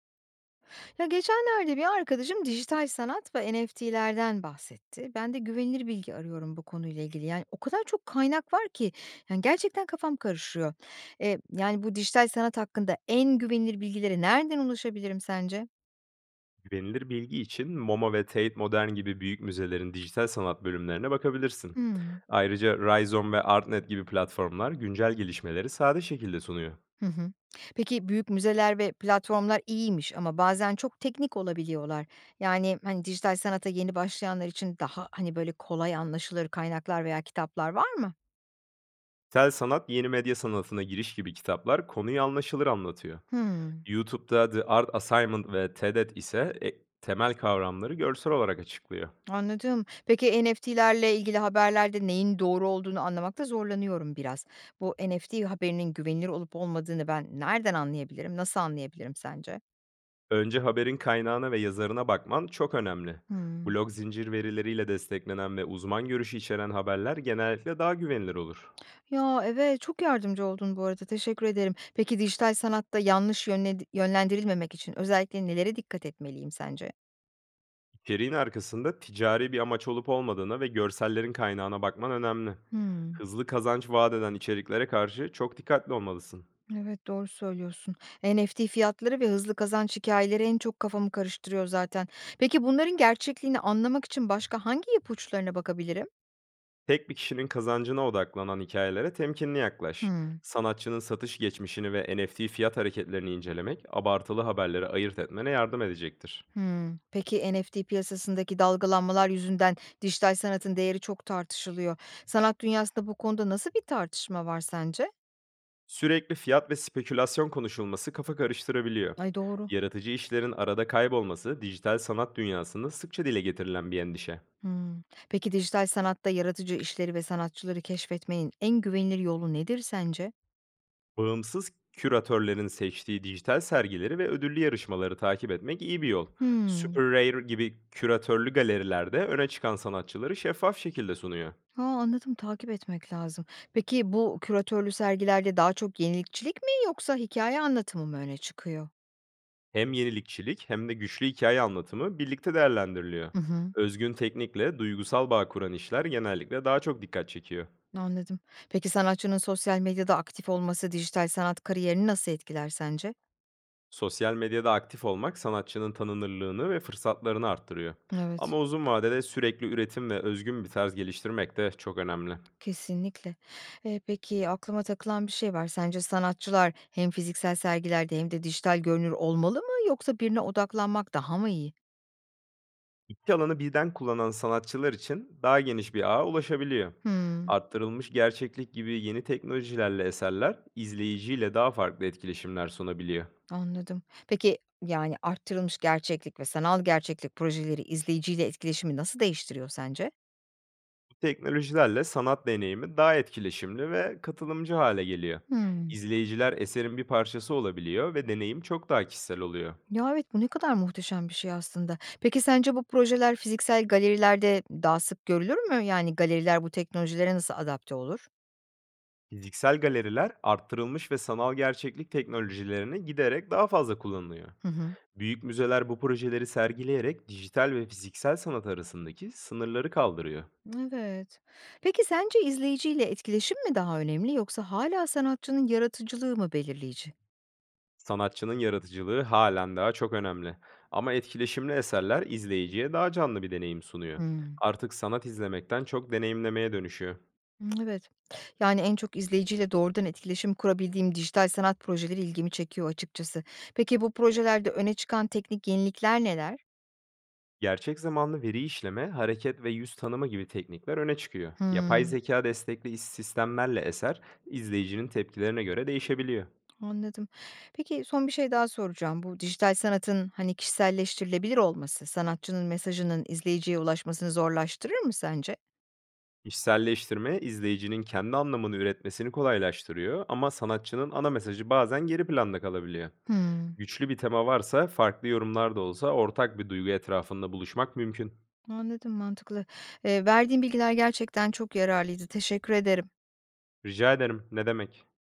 Ya geçenlerde bir arkadaşım dijital sanat ve NFT'lerden bahsetti. Ben de güvenilir bilgi arıyorum bu konuyla ilgili. Yani o kadar çok kaynak var ki yani gerçekten kafam karışıyor. E, yani bu dijital sanat hakkında en güvenilir bilgilere nereden ulaşabilirim sence? Güvenilir bilgi için MoMA ve Tate Modern gibi büyük müzelerin dijital sanat bölümlerine bakabilirsin. Hmm. Ayrıca Rhizome ve Artnet gibi platformlar güncel gelişmeleri sade şekilde sunuyor. Hı hı. Peki büyük müzeler ve platformlar iyiymiş ama bazen çok teknik olabiliyorlar. Yani hani dijital sanata yeni başlayanlar için daha hani böyle kolay anlaşılır kaynaklar veya kitaplar var mı? Tel Sanat Yeni Medya Sanatı'na giriş gibi kitaplar konuyu anlaşılır anlatıyor. Hmm. YouTube'da The Art Assignment ve TEDET ise temel kavramları görsel olarak açıklıyor. Anladım. Peki NFT'lerle ilgili haberlerde neyin doğru olduğunu anlamakta zorlanıyorum biraz. Bu NFT haberinin güvenilir olup olmadığını ben nereden anlayabilirim? Nasıl anlayabilirim sence? Önce haberin kaynağına ve yazarına bakman çok önemli. Hmm. Blog zincir verileriyle desteklenen ve uzman görüşü içeren haberler genellikle daha güvenilir olur. Ya evet, çok yardımcı oldun bu arada. Teşekkür ederim. Peki dijital sanatta yönlendirilmemek için özellikle nelere dikkat etmeliyim sence? İçeriğin arkasında ticari bir amaç olup olmadığına ve görsellerin kaynağına bakman önemli. Hmm. Hızlı kazanç vaat eden içeriklere karşı çok dikkatli olmalısın. Evet, doğru söylüyorsun. NFT fiyatları ve hızlı kazanç hikayeleri en çok kafamı karıştırıyor zaten. Peki bunların gerçekliğini anlamak için başka hangi ipuçlarına bakabilirim? Tek bir kişinin kazancına odaklanan hikayelere temkinli yaklaş. Hımm. Sanatçının satış geçmişini ve NFT fiyat hareketlerini incelemek, abartılı haberleri ayırt etmene yardım edecektir. Hımm. Peki, NFT piyasasındaki dalgalanmalar yüzünden dijital sanatın değeri çok tartışılıyor. Sanat dünyasında bu konuda nasıl bir tartışma var sence? Sürekli fiyat ve spekülasyon konuşulması kafa karıştırabiliyor. Ay, doğru. Yaratıcı işlerin arada kaybolması dijital sanat dünyasında sıkça dile getirilen bir endişe. Hımm. Peki, dijital sanatta yaratıcı işleri ve sanatçıları keşfetmenin en güvenilir yolu nedir sence? Bağımsız küratörlerin seçtiği dijital sergileri ve ödüllü yarışmaları takip etmek iyi bir yol. Hımm. Super Rare gibi küratörlü galerilerde öne çıkan sanatçıları şeffaf şekilde sunuyor. Ha, anladım, takip etmek lazım. Peki, bu küratörlü sergilerde daha çok yenilikçilik mi yoksa hikaye anlatımı mı öne çıkıyor? Hem yenilikçilik hem de güçlü hikaye anlatımı birlikte değerlendiriliyor. Hı hı. Özgün teknikle duygusal bağ kuran işler genellikle daha çok dikkat çekiyor. Anladım. Peki sanatçının sosyal medyada aktif olması dijital sanat kariyerini nasıl etkiler sence? Sosyal medyada aktif olmak sanatçının tanınırlığını ve fırsatlarını arttırıyor. Evet, Ama uzun vadede sürekli üretim ve özgün bir tarz geliştirmek de çok önemli. kesinlikle. Peki aklıma takılan bir şey var. Sence sanatçılar hem fiziksel sergilerde hem de dijital görünür olmalı mı, yoksa birine odaklanmak daha mı iyi? 2 alanı birden kullanan sanatçılar için daha geniş bir ağa ulaşabiliyor. Hımm, Arttırılmış gerçeklik gibi yeni teknolojilerle eserler izleyiciyle daha farklı etkileşimler sunabiliyor. anladım. Peki yani arttırılmış gerçeklik ve sanal gerçeklik projeleri izleyiciyle etkileşimi nasıl değiştiriyor sence? Bu teknolojilerle sanat deneyimi daha etkileşimli ve katılımcı hale geliyor. Hımm. İzleyiciler eserin bir parçası olabiliyor ve deneyim çok daha kişisel oluyor. Ya, evet, bu ne kadar muhteşem bir şey aslında. Peki sence bu projeler fiziksel galerilerde daha sık görülür mü? Yani galeriler bu teknolojilere nasıl adapte olur? Fiziksel galeriler arttırılmış ve sanal gerçeklik teknolojilerini giderek daha fazla kullanılıyor. Hı hı. Büyük müzeler bu projeleri sergileyerek dijital ve fiziksel sanat arasındaki sınırları kaldırıyor. Evet. Peki sence izleyiciyle etkileşim mi daha önemli, yoksa hala sanatçının yaratıcılığı mı belirleyici? Sanatçının yaratıcılığı halen daha çok önemli, ama etkileşimli eserler izleyiciye daha canlı bir deneyim sunuyor. Hımm. Artık sanat izlemekten çok deneyimlemeye dönüşüyor. Evet. Yani en çok izleyiciyle doğrudan etkileşim kurabildiğim dijital sanat projeleri ilgimi çekiyor açıkçası. Peki bu projelerde öne çıkan teknik yenilikler neler? Gerçek zamanlı veri işleme, hareket ve yüz tanıma gibi teknikler öne çıkıyor. Yapay Hımm. zeka destekli iş sistemlerle eser, izleyicinin tepkilerine göre değişebiliyor. Anladım. Peki, son bir şey daha soracağım. Bu dijital sanatın, hani, kişiselleştirilebilir olması sanatçının mesajının izleyiciye ulaşmasını zorlaştırır mı sence? İşselleştirme, izleyicinin kendi anlamını üretmesini kolaylaştırıyor, ama sanatçının ana mesajı bazen geri planda kalabiliyor. Hımm. Güçlü bir tema varsa, farklı yorumlar da olsa ortak bir duygu etrafında buluşmak mümkün. Anladım, mantıklı. Verdiğin bilgiler gerçekten çok yararlıydı. Teşekkür ederim. Rica ederim, ne demek?